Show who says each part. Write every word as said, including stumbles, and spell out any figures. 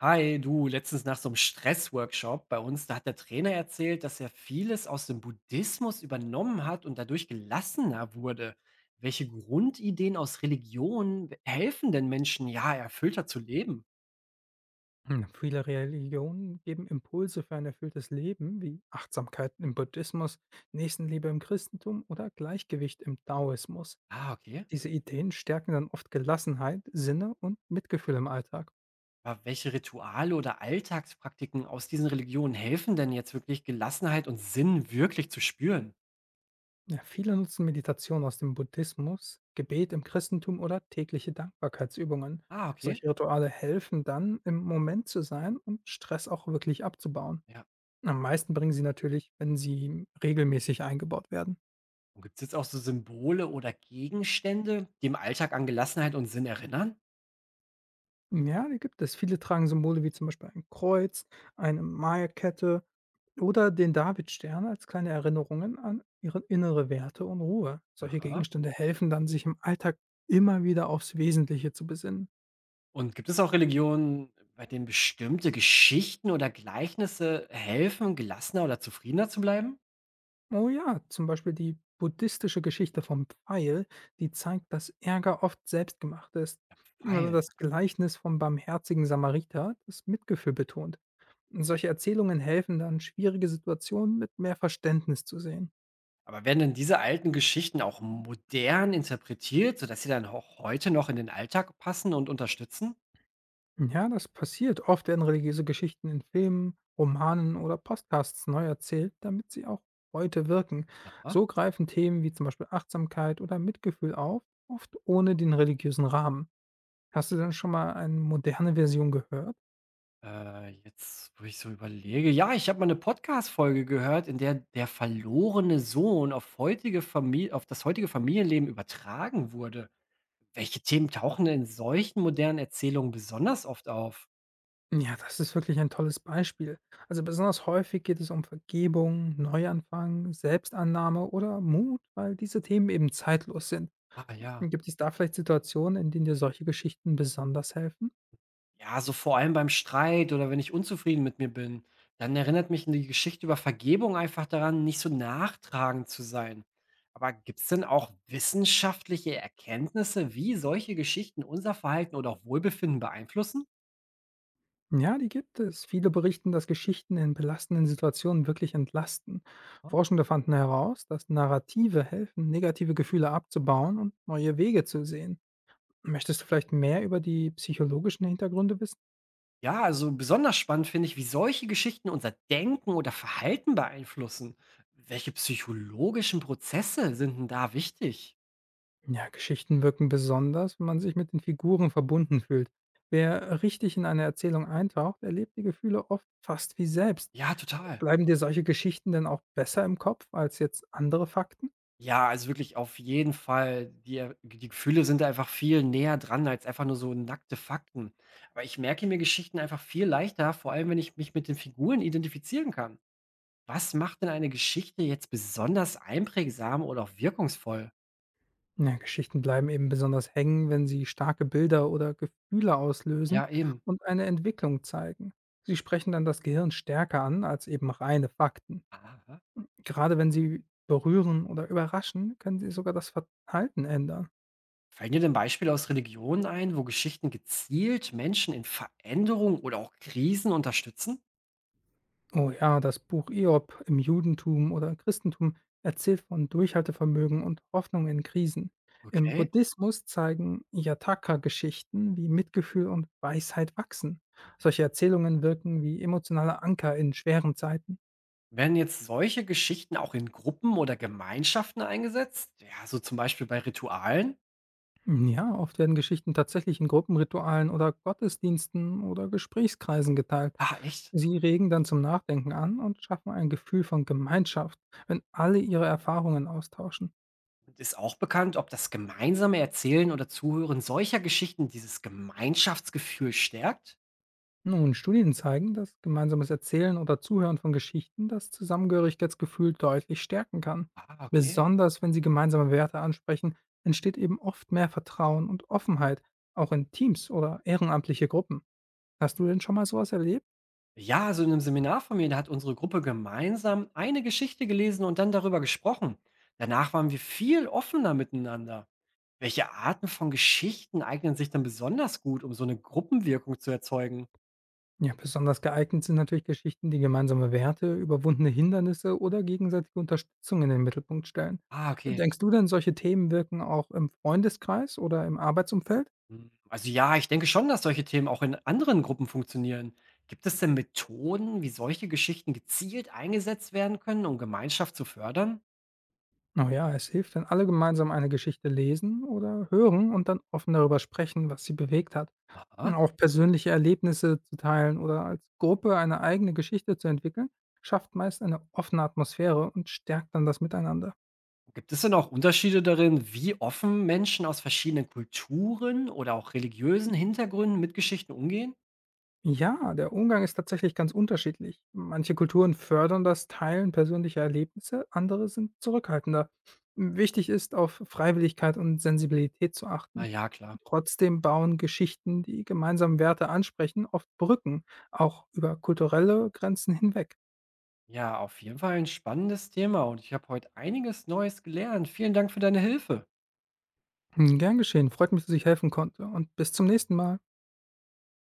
Speaker 1: Hi, du, letztens nach so einem Stressworkshop bei uns, da hat der Trainer erzählt, dass er vieles aus dem Buddhismus übernommen hat und dadurch gelassener wurde. Welche Grundideen aus Religion helfen denn Menschen, ja, erfüllter zu leben?
Speaker 2: Hm, Viele Religionen geben Impulse für ein erfülltes Leben, wie Achtsamkeit im Buddhismus, Nächstenliebe im Christentum oder Gleichgewicht im Daoismus.
Speaker 1: Ah, okay.
Speaker 2: Diese Ideen stärken dann oft Gelassenheit, Sinne und Mitgefühl im Alltag.
Speaker 1: Aber welche Rituale oder Alltagspraktiken aus diesen Religionen helfen denn jetzt wirklich Gelassenheit und Sinn wirklich zu spüren?
Speaker 2: Ja, viele nutzen Meditation aus dem Buddhismus, Gebet im Christentum oder tägliche Dankbarkeitsübungen.
Speaker 1: Ah, okay.
Speaker 2: Solche Rituale helfen dann, im Moment zu sein und Stress auch wirklich abzubauen.
Speaker 1: Ja.
Speaker 2: Am meisten bringen sie natürlich, wenn sie regelmäßig eingebaut werden.
Speaker 1: Und gibt es jetzt auch so Symbole oder Gegenstände, die im Alltag an Gelassenheit und Sinn erinnern?
Speaker 2: Ja, die gibt es. Viele tragen Symbole wie zum Beispiel ein Kreuz, eine Maya-Kette oder den Davidstern als kleine Erinnerungen an ihre innere Werte und Ruhe. Solche
Speaker 1: Aha.
Speaker 2: Gegenstände helfen dann, sich im Alltag immer wieder aufs Wesentliche zu besinnen.
Speaker 1: Und gibt es auch Religionen, bei denen bestimmte Geschichten oder Gleichnisse helfen, um gelassener oder zufriedener zu bleiben?
Speaker 2: Oh ja, zum Beispiel die buddhistische Geschichte vom Pfeil, die zeigt, dass Ärger oft selbstgemacht ist. Oder
Speaker 1: Weil.
Speaker 2: das Gleichnis vom barmherzigen Samariter, das Mitgefühl betont. Solche Erzählungen helfen dann, schwierige Situationen mit mehr Verständnis zu sehen.
Speaker 1: Aber werden denn diese alten Geschichten auch modern interpretiert, sodass sie dann auch heute noch in den Alltag passen und unterstützen?
Speaker 2: Ja, das passiert. Oft werden religiöse Geschichten in Filmen, Romanen oder Podcasts neu erzählt, damit sie auch heute wirken.
Speaker 1: Aha.
Speaker 2: So greifen Themen wie zum Beispiel Achtsamkeit oder Mitgefühl auf, oft ohne den religiösen Rahmen. Hast du denn schon mal eine moderne Version gehört?
Speaker 1: Äh, jetzt, wo ich so überlege, ja, ich habe mal eine Podcast-Folge gehört, in der der verlorene Sohn auf heutige Familie, auf das heutige Familienleben übertragen wurde. Welche Themen tauchen denn in solchen modernen Erzählungen besonders oft auf?
Speaker 2: Ja, das ist wirklich ein tolles Beispiel. Also besonders häufig geht es um Vergebung, Neuanfang, Selbstannahme oder Mut, weil diese Themen eben zeitlos sind.
Speaker 1: Ah ja.
Speaker 2: Gibt es da vielleicht Situationen, in denen dir solche Geschichten besonders helfen?
Speaker 1: Ja, so vor allem beim Streit oder wenn ich unzufrieden mit mir bin, dann erinnert mich die Geschichte über Vergebung einfach daran, nicht so nachtragend zu sein. Aber gibt's denn auch wissenschaftliche Erkenntnisse, wie solche Geschichten unser Verhalten oder auch Wohlbefinden beeinflussen?
Speaker 2: Ja, die gibt es. Viele berichten, dass Geschichten in belastenden Situationen wirklich entlasten. Forschende fanden heraus, dass Narrative helfen, negative Gefühle abzubauen und neue Wege zu sehen. Möchtest du vielleicht mehr über die psychologischen Hintergründe wissen?
Speaker 1: Ja, also besonders spannend finde ich, wie solche Geschichten unser Denken oder Verhalten beeinflussen. Welche psychologischen Prozesse sind 'n da wichtig?
Speaker 2: Ja, Geschichten wirken besonders, wenn man sich mit den Figuren verbunden fühlt. Wer richtig in eine Erzählung eintaucht, erlebt die Gefühle oft fast wie selbst.
Speaker 1: Ja, total.
Speaker 2: Bleiben dir solche Geschichten denn auch besser im Kopf als jetzt andere Fakten?
Speaker 1: Ja, also wirklich auf jeden Fall. Die Er die Gefühle sind da einfach viel näher dran als einfach nur so nackte Fakten. Aber ich merke mir Geschichten einfach viel leichter, vor allem wenn ich mich mit den Figuren identifizieren kann. Was macht denn eine Geschichte jetzt besonders einprägsam oder auch wirkungsvoll?
Speaker 2: Ja, Geschichten bleiben eben besonders hängen, wenn sie starke Bilder oder Gefühle auslösen
Speaker 1: Ja, eben.
Speaker 2: und eine Entwicklung zeigen. Sie sprechen dann das Gehirn stärker an als eben reine Fakten.
Speaker 1: Aha.
Speaker 2: Gerade wenn sie berühren oder überraschen, können sie sogar das Verhalten ändern.
Speaker 1: Fallen dir denn Beispiele aus Religionen ein, wo Geschichten gezielt Menschen in Veränderung oder auch Krisen unterstützen?
Speaker 2: Oh ja, das Buch Hiob im Judentum oder Christentum erzählt von Durchhaltevermögen und Hoffnung in Krisen. Im
Speaker 1: Okay.
Speaker 2: Buddhismus zeigen Yataka-Geschichten, wie Mitgefühl und Weisheit wachsen. Solche Erzählungen wirken wie emotionale Anker in schweren Zeiten.
Speaker 1: Werden jetzt solche Geschichten auch in Gruppen oder Gemeinschaften eingesetzt? Ja, so zum Beispiel bei Ritualen?
Speaker 2: Ja, oft werden Geschichten tatsächlich in Gruppenritualen oder Gottesdiensten oder Gesprächskreisen geteilt.
Speaker 1: Ah, echt?
Speaker 2: Sie regen dann zum Nachdenken an und schaffen ein Gefühl von Gemeinschaft, wenn alle ihre Erfahrungen austauschen.
Speaker 1: Und ist auch bekannt, ob das gemeinsame Erzählen oder Zuhören solcher Geschichten dieses Gemeinschaftsgefühl stärkt?
Speaker 2: Nun, Studien zeigen, dass gemeinsames Erzählen oder Zuhören von Geschichten das Zusammengehörigkeitsgefühl deutlich stärken kann.
Speaker 1: Ah, okay.
Speaker 2: Besonders wenn sie gemeinsame Werte ansprechen, entsteht eben oft mehr Vertrauen und Offenheit, auch in Teams oder ehrenamtliche Gruppen. Hast du denn schon mal sowas erlebt?
Speaker 1: Ja, also in einem Seminar von mir, da hat unsere Gruppe gemeinsam eine Geschichte gelesen und dann darüber gesprochen. Danach waren wir viel offener miteinander. Welche Arten von Geschichten eignen sich dann besonders gut, um so eine Gruppenwirkung zu erzeugen?
Speaker 2: Ja, besonders geeignet sind natürlich Geschichten, die gemeinsame Werte, überwundene Hindernisse oder gegenseitige Unterstützung in den Mittelpunkt stellen.
Speaker 1: Ah, okay.
Speaker 2: Denkst du denn, solche Themen wirken auch im Freundeskreis oder im Arbeitsumfeld?
Speaker 1: Hm, also ja, ich denke schon, dass solche Themen auch in anderen Gruppen funktionieren. Gibt es denn Methoden, wie solche Geschichten gezielt eingesetzt werden können, um Gemeinschaft zu fördern?
Speaker 2: Oh ja, es hilft, wenn alle gemeinsam eine Geschichte lesen oder hören und dann offen darüber sprechen, was sie bewegt hat.
Speaker 1: Aha.
Speaker 2: Auch persönliche Erlebnisse zu teilen oder als Gruppe eine eigene Geschichte zu entwickeln, schafft meist eine offene Atmosphäre und stärkt dann das Miteinander.
Speaker 1: Gibt es denn auch Unterschiede darin, wie offen Menschen aus verschiedenen Kulturen oder auch religiösen Hintergründen mit Geschichten umgehen?
Speaker 2: Ja, der Umgang ist tatsächlich ganz unterschiedlich. Manche Kulturen fördern das Teilen persönlicher Erlebnisse, andere sind zurückhaltender. Wichtig ist, auf Freiwilligkeit und Sensibilität zu
Speaker 1: Ah
Speaker 2: achten.
Speaker 1: ja, klar.
Speaker 2: Trotzdem bauen Geschichten, die gemeinsame Werte ansprechen, oft Brücken, auch über kulturelle Grenzen hinweg.
Speaker 1: Ja, auf jeden Fall ein spannendes Thema und ich habe heute einiges Neues gelernt. Vielen Dank für deine Hilfe.
Speaker 2: Hm, gern geschehen. Freut mich, dass ich helfen konnte, und bis zum nächsten Mal.